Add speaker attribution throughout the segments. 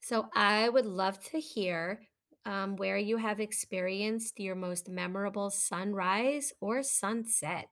Speaker 1: So I would love to hear where you have experienced your most memorable sunrise or sunset.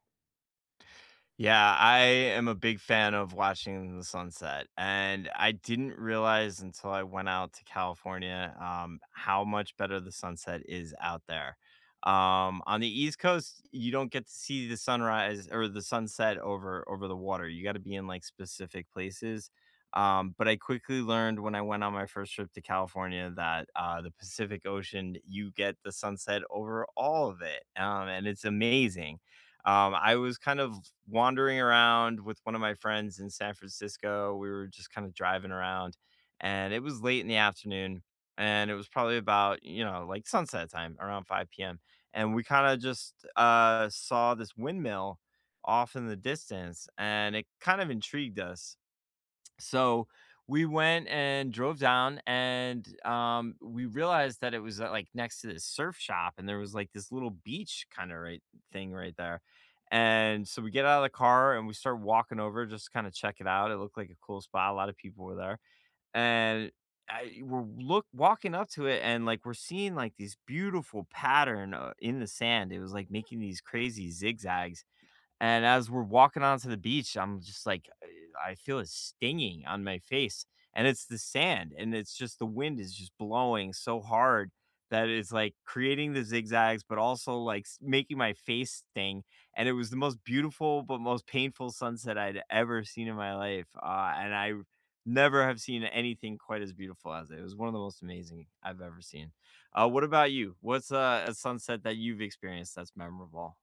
Speaker 2: Yeah, I am a big fan of watching the sunset, and I didn't realize until I went out to California, how much better the sunset is out there. On the East Coast, you don't get to see the sunrise or the sunset over the water. You got to be in like specific places. But I quickly learned when I went on my first trip to California that the Pacific Ocean, you get the sunset over all of it, and it's amazing. I was kind of wandering around with one of my friends in San Francisco. We were just kind of driving around, and it was late in the afternoon, and it was probably about you know like sunset time around 5 p.m. And we kind of just saw this windmill off in the distance, and it kind of intrigued us. So we went and drove down and we realized that it was like next to this surf shop and there was like this little beach kind of right thing right there. And so we get out of the car and we start walking over just to kind of check it out. It looked like a cool spot. A lot of people were there. And we're look walking up to it and like we're seeing like these beautiful pattern in the sand. It was like making these crazy zigzags and as we're walking onto the beach, I'm just like, I feel it stinging on my face. And it's the sand, and it's just the wind is just blowing so hard that it's like creating the zigzags, but also like making my face sting. And it was the most beautiful, but most painful sunset I'd ever seen in my life. And I never have seen anything quite as beautiful as it. It was one of the most amazing I've ever seen. What about you? What's a sunset that you've experienced that's memorable?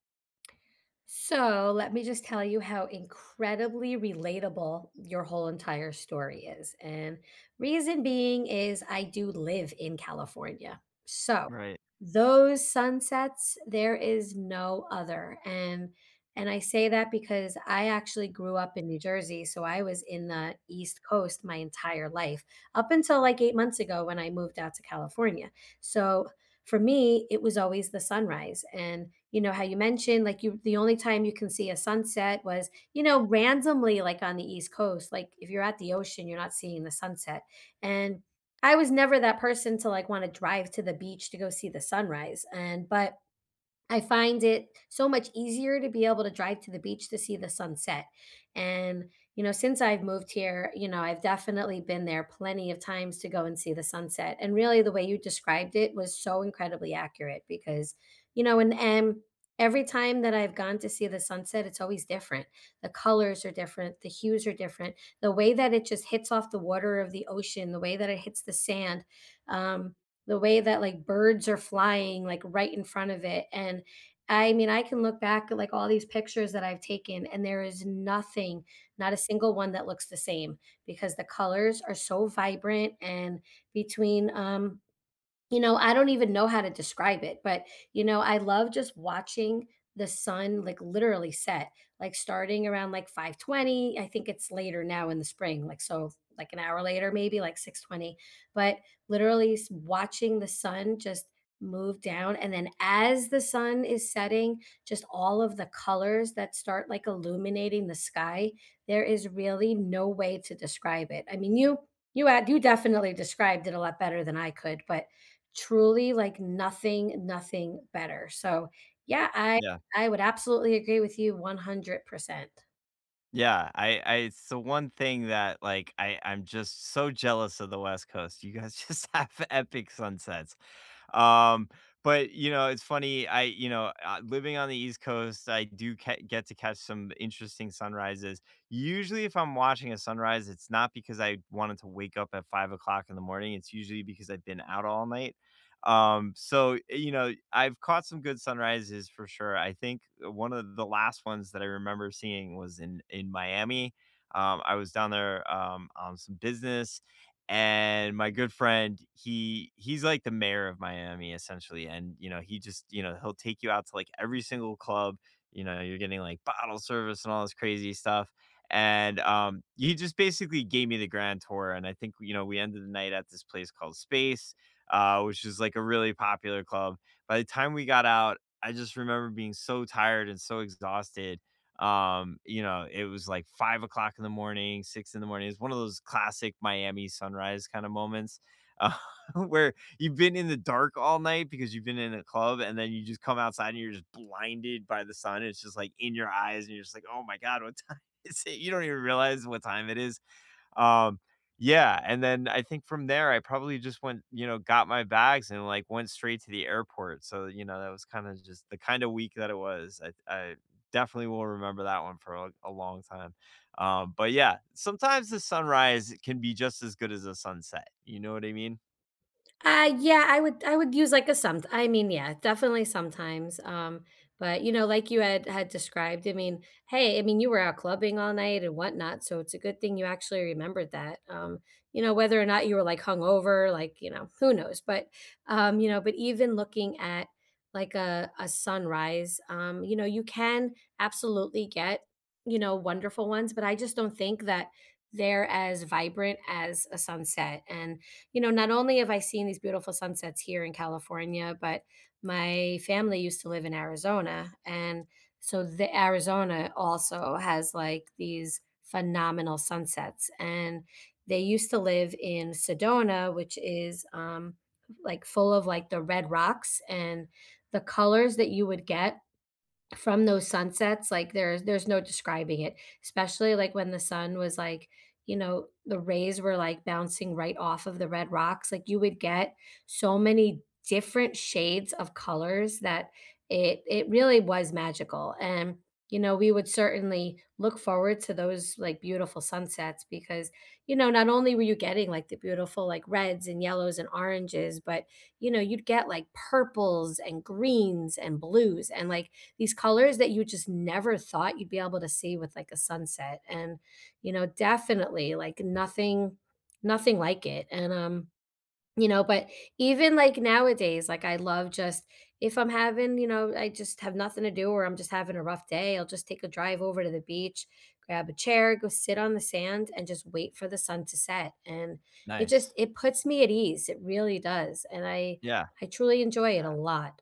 Speaker 1: So let me just tell you how incredibly relatable your whole entire story is. And reason being is I do live in California. So
Speaker 2: Right.
Speaker 1: those sunsets, there is no other. And I say that because I actually grew up in New Jersey. So I was in the East Coast my entire life, up until like 8 months ago when I moved out to California. So for me, it was always the sunrise. And you know how you mentioned like you the only time you can see a sunset was, you know, randomly like on the East Coast. Like if you're at the ocean, you're not seeing the sunset. And I was never that person to like want to drive to the beach to go see the sunrise. And but I find it so much easier to be able to drive to the beach to see the sunset. And, you know, since I've moved here, you know, I've definitely been there plenty of times to go and see the sunset. And really, the way you described it was so incredibly accurate because, you know, and every time that I've gone to see the sunset, it's always different. The colors are different, the hues are different, the way that it just hits off the water of the ocean, the way that it hits the sand. Um, the way that, like, birds are flying, like, right in front of it, and I mean, I can look back at, like, all these pictures that I've taken, and there is nothing, not a single one that looks the same because the colors are so vibrant and between, you know, I don't even know how to describe it, but, you know, I love just watching the sun, like, literally set, like, starting around, like, 5:20. I think it's later now in the spring, like, so, like, an hour later, maybe, like, 6:20. But literally s watching the sun just move down, and then as the sun is setting, just all of the colors that start, like, illuminating the sky, there is really no way to describe it. I mean, you definitely described it a lot better than I could, but truly, like, nothing, nothing better. So, yeah, I
Speaker 2: Yeah.
Speaker 1: I would absolutely agree with you 100%.
Speaker 2: Yeah, I it's the one thing that, like, I'm just so jealous of the West Coast. You guys just have epic sunsets. Um, but you know, it's funny. I You know, living on the East Coast, I do get to catch some interesting sunrises. Usually, if I'm watching a sunrise, it's not because I wanted to wake up at 5 o'clock in the morning. It's usually because I've been out all night. So you know, I've caught some good sunrises for sure. I think one of the last ones that I remember seeing was in Miami. I was down there on some business and my good friend, he's like the mayor of Miami essentially, and, you know, he just you know, he'll take you out to, like, every single club, you know, you're getting, like, bottle service and all this crazy stuff, and, he just basically gave me the grand tour, and I think, you know, we ended the night at this place called Space, which is, like, a really popular club. By the time we got out, I just remember being so tired and so exhausted, you know, it was like 5 o'clock in the morning, six in the morning. It's one of those classic Miami sunrise kind of moments uh, where you've been in the dark all night because you've been in a club and then you just come outside and you're just blinded by the sun. It's just like in your eyes and you're just like, oh my God, what time is it? You don't even realize what time it is um, yeah, and then I think from there, I probably just went, you know, got my bags and like went straight to the airport. So, you know, that was kind of just the kind of week that it was. I definitely will remember that one for a long time. But yeah, sometimes the sunrise can be just as good as a sunset. You know what I mean?
Speaker 1: Yeah, I would use like a some I mean, yeah, definitely sometimes. But you know, like you had described, I mean, hey, I mean, you were out clubbing all night and whatnot, so it's a good thing you actually remembered that. You know, whether or not you were like hungover, like, you know, who knows? But you know, but even looking at like a sunrise, you know, you can absolutely get, you know, wonderful ones, but I just don't think that they're as vibrant as a sunset. And you know, not only have I seen these beautiful sunsets here in California, but my family used to live in Arizona. And so the Arizona also has like these phenomenal sunsets. And they used to live in Sedona, which is like full of like the red rocks and the colors that you would get from those sunsets, like, there's no describing it, especially, like, when the sun was, like, you know, the rays were, like, bouncing right off of the red rocks, like, you would get so many different shades of colors that it really was magical, and, you know, we would certainly look forward to those, like, beautiful sunsets because, you know, not only were you getting, like, the beautiful, like, reds and yellows and oranges, but, you know, you'd get, like, purples and greens and blues, and, like, these colors that you just never thought you'd be able to see with like a sunset and you know definitely like nothing nothing like it and you know but even like nowadays like I love just if I'm having you know I just have nothing to do or I'm just having a rough day I'll just take a drive over to the beach grab a chair go sit on the sand and just wait for the sun to set and it just
Speaker 2: Nice.
Speaker 1: it puts me at ease it really does and i
Speaker 2: Yeah.
Speaker 1: i truly enjoy it a lot.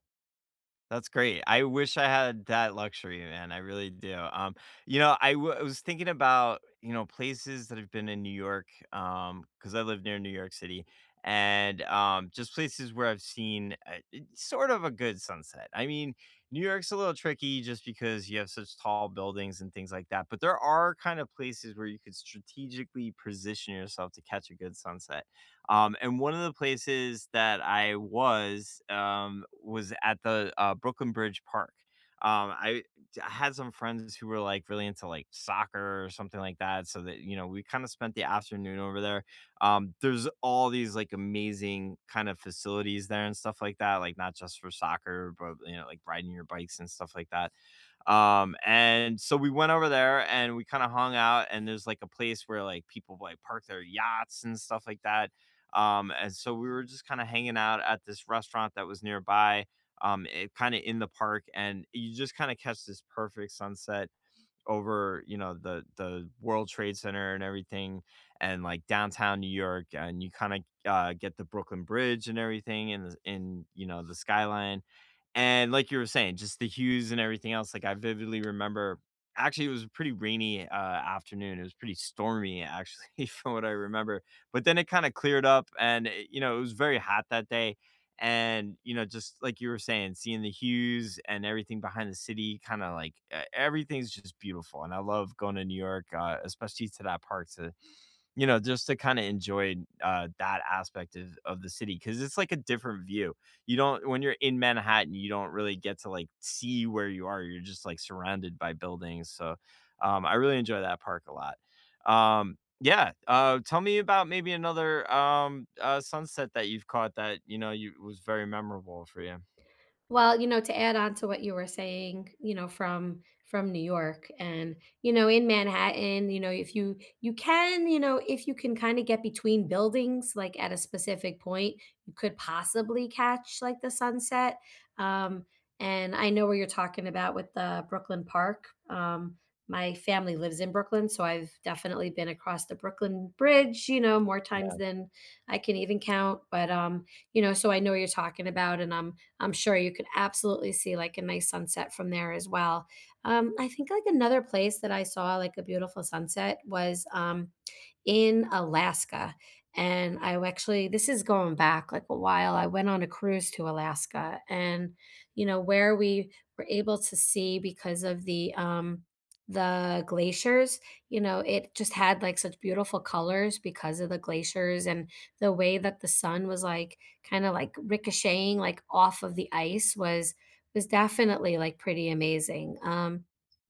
Speaker 2: That's great. I wish I had that luxury, man. I really do. You know, I was thinking about, you know, places that have been in New York, because I live near New York City, and, just places where I've seen a e sort of a good sunset. I mean, New York's a little tricky just because you have such tall buildings and things like that, but there are kind of places where you could strategically position yourself to catch a good sunset. And one of the places that I was at the, Brooklyn Bridge Park. Um, I I had some friends who were, like, really into, like, soccer or something like that, so that, you know, we kinda spent the afternoon over there. There's all these, like, amazing kind of facilities there and stuff like that, like, not just for soccer, but, you know, like, riding your bikes and stuff like that. And so we went over there and we kinda hung out, and there's, like, a place where, like, people, like, park their yachts and stuff like that. And so we were just kind of hanging out at this restaurant that was nearby, it kind of in the park, and you just kind of catch this perfect sunset over, you know, the World Trade Center and everything and, like, downtown New York, and you kinda, get the Brooklyn Bridge and everything and, you know, the skyline. And like you were saying, just the hues and everything else, like, I vividly remember actually, it was a pretty rainy, afternoon. It was pretty stormy, actually, from what I remember, but then it kinda cleared up and, you know, it was very hot that day and you know just like you were saying seeing the hues and everything behind the city kind of like everything's just beautiful and I love going to New York especially to that park to you know, just to kinda enjoy, that aspect of the city because it's like a different view. You don't When you're in Manhattan, you don't really get to, like, see where you are, you're just, like, surrounded by buildings, so, I really enjoy that park a lot. Yeah, tell me about maybe another, sunset that you've caught that, you know, you was very memorable for you.
Speaker 1: Well, you know, to add on to what you were saying, you know, from New York and, you know, in Manhattan, you know, if you can, you know, if you can kind of get between buildings like at a specific point, you could possibly catch like the sunset. Um, and I know where you're talking about with the Brooklyn Park. My family lives in Brooklyn, so I've definitely been across the Brooklyn Bridge, you know, more times than I can even count. But you know, so I know what you're talking about, and I'm sure you could absolutely see like a nice sunset from there as well. I think like another place that I saw like a beautiful sunset was in Alaska. And I actually, this is going back like a while. I went on a cruise to Alaska and, you know, where we were able to see because of the glaciers, you know, it just had like such beautiful colors because of the glaciers and the way that the sun was like kinda, like, ricocheting, like, off of the ice was definitely, like, pretty amazing,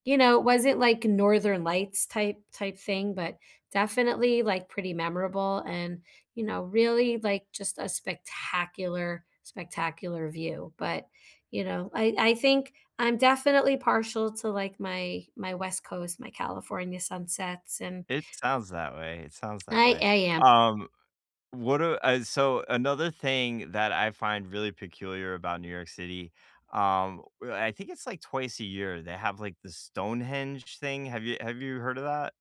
Speaker 1: you know, it wasn't, like, Northern Lights type thing, but definitely, like, pretty memorable and, you know, really, like, just a spectacular, spectacular view, but, you know, I think I'm definitely partial to, like, my West Coast, my California sunsets, and
Speaker 2: It sounds that way, it sounds that way.
Speaker 1: I am.
Speaker 2: Um What a so another thing that I find really peculiar about New York City, w I think it's like twice a year, they have, like, the Stonehenge thing. Have you heard of that?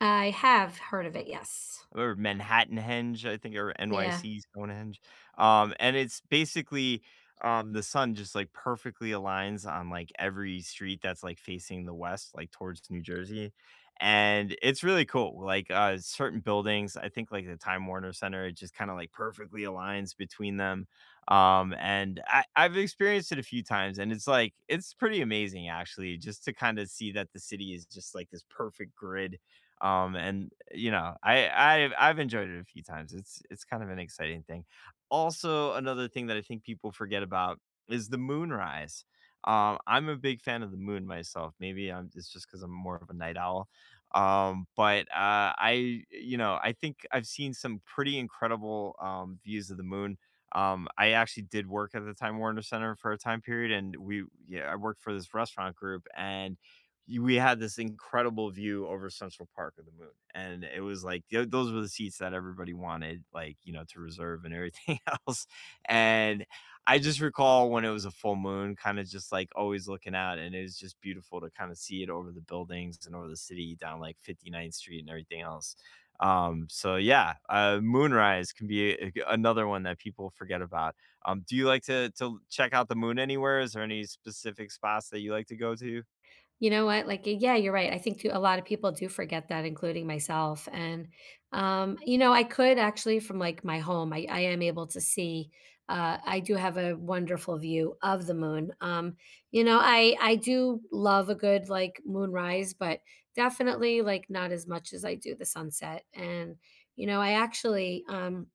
Speaker 1: I have heard of it, yes.
Speaker 2: Or Manhattan Henge, I think, or
Speaker 1: Yeah.
Speaker 2: NYC Stonehenge, and it's basically, the sun just, like, perfectly aligns on, like, every street that's, like, facing the west, like, towards New Jersey, and it's really cool, like, certain buildings, I think, like, the Time Warner Center, it just kinda, like, perfectly aligns between them, and I I've experienced it a few times, and it's, like it's pretty amazing, actually, just to kinda see that the city is just, like, this perfect grid and you know, I've enjoyed it a few times. It's kind of an exciting thing. Also, another thing that I think people forget about is the moonrise. I'm a big fan of the moon myself. It's just because I'm more of a night owl. You know, I think I've seen some pretty incredible views of the moon. I actually did work at the Time Warner Center for a time period, and yeah, I worked for this restaurant group, and we had this incredible view over Central Park of the moon, and it was like those were the seats that everybody wanted, like you know, to reserve and everything else. And I just recall when it was a full moon, kind of just like always looking out, and it was just beautiful to kind of see it over the buildings and over the city down like Fifty Ninth Street and everything else. So yeah, moonrise can be another one that people forget about. Do you like to check out the moon anywhere? Is there any specific spots that you like to go to?
Speaker 1: You know what? Like, yeah, you're right. I think too, a lot of people do forget that, including myself. And, you know, I could actually from like my home, I am able to see, I do have a wonderful view of the moon. You know, I do love a good like moonrise, but definitely like not as much as I do the sunset. And, you know, I actually,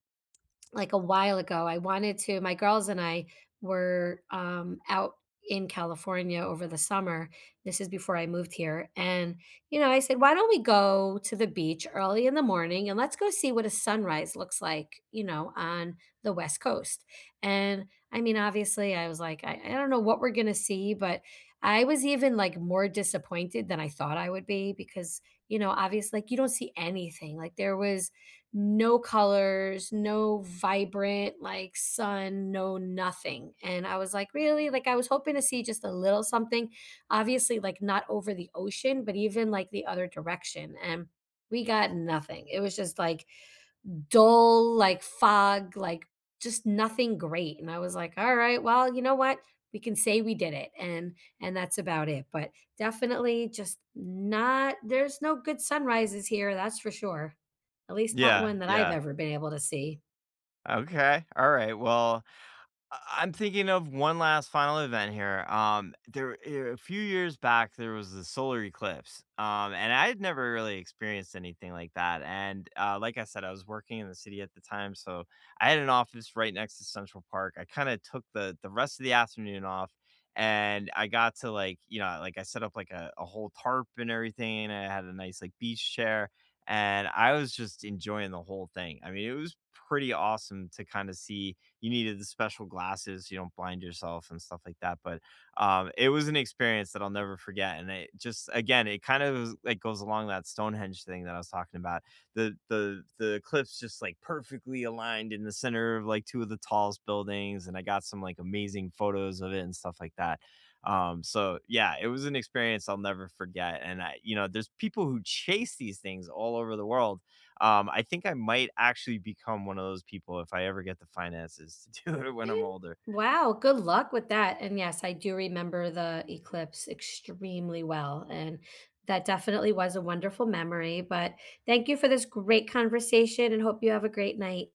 Speaker 1: like a while ago. I wanted to my girls and I were, out in California over the summer. This is before I moved here, and, you know, I said, "Why don't we go to the beach early in the morning, and let's go see what a sunrise looks like, you know, on the West Coast?" And, I mean, obviously, I was like, "I don't know what we're gonna see," but I was even, like, more disappointed than I thought I would be because, you know, obviously, like, you don't see anything. Like, there was no colors, no vibrant like sun, no nothing. And I was like, really? Like I was hoping to see just a little something, obviously like not over the ocean, but even like the other direction. And we got nothing. It was just like dull, like fog, like just nothing great. And I was like, all right, well, you know what? We can say we did it and that's about it. But definitely just not there's no good sunrises here, that's for sure. At least not
Speaker 2: Yeah,
Speaker 1: one that I've
Speaker 2: yeah.
Speaker 1: ever been able to see.
Speaker 2: Okay, alright, well, I'm thinking of one last final event here. A few years back, there was the solar eclipse, and I had never really experienced anything like that. And like I said, I was working in the city at the time, so I had an office right next to Central Park. I kind of took the rest of the afternoon off, and I got to like you know like I set up like a whole tarp and everything. And I had a nice like beach chair, and I was just enjoying the whole thing. I mean, it was pretty awesome to kind of see you needed the special glasses so you don't blind yourself and stuff like that. But it was an experience that I'll never forget. And it just again, it kind of like goes along that Stonehenge thing that I was talking about. The the eclipse just like perfectly aligned in the center of like two of the tallest buildings, and I got some like amazing photos of it and stuff like that. So yeah, it was an experience I'll never forget. And I, you know, there's people who chase these things all over the world I think I might actually become one of those people if I ever get the finances to do it when I'm
Speaker 1: And
Speaker 2: older.
Speaker 1: wow, good luck with that. And yes, I do remember the eclipse extremely well. And that definitely was a wonderful memory. But thank you for this great conversation and hope you have a great night.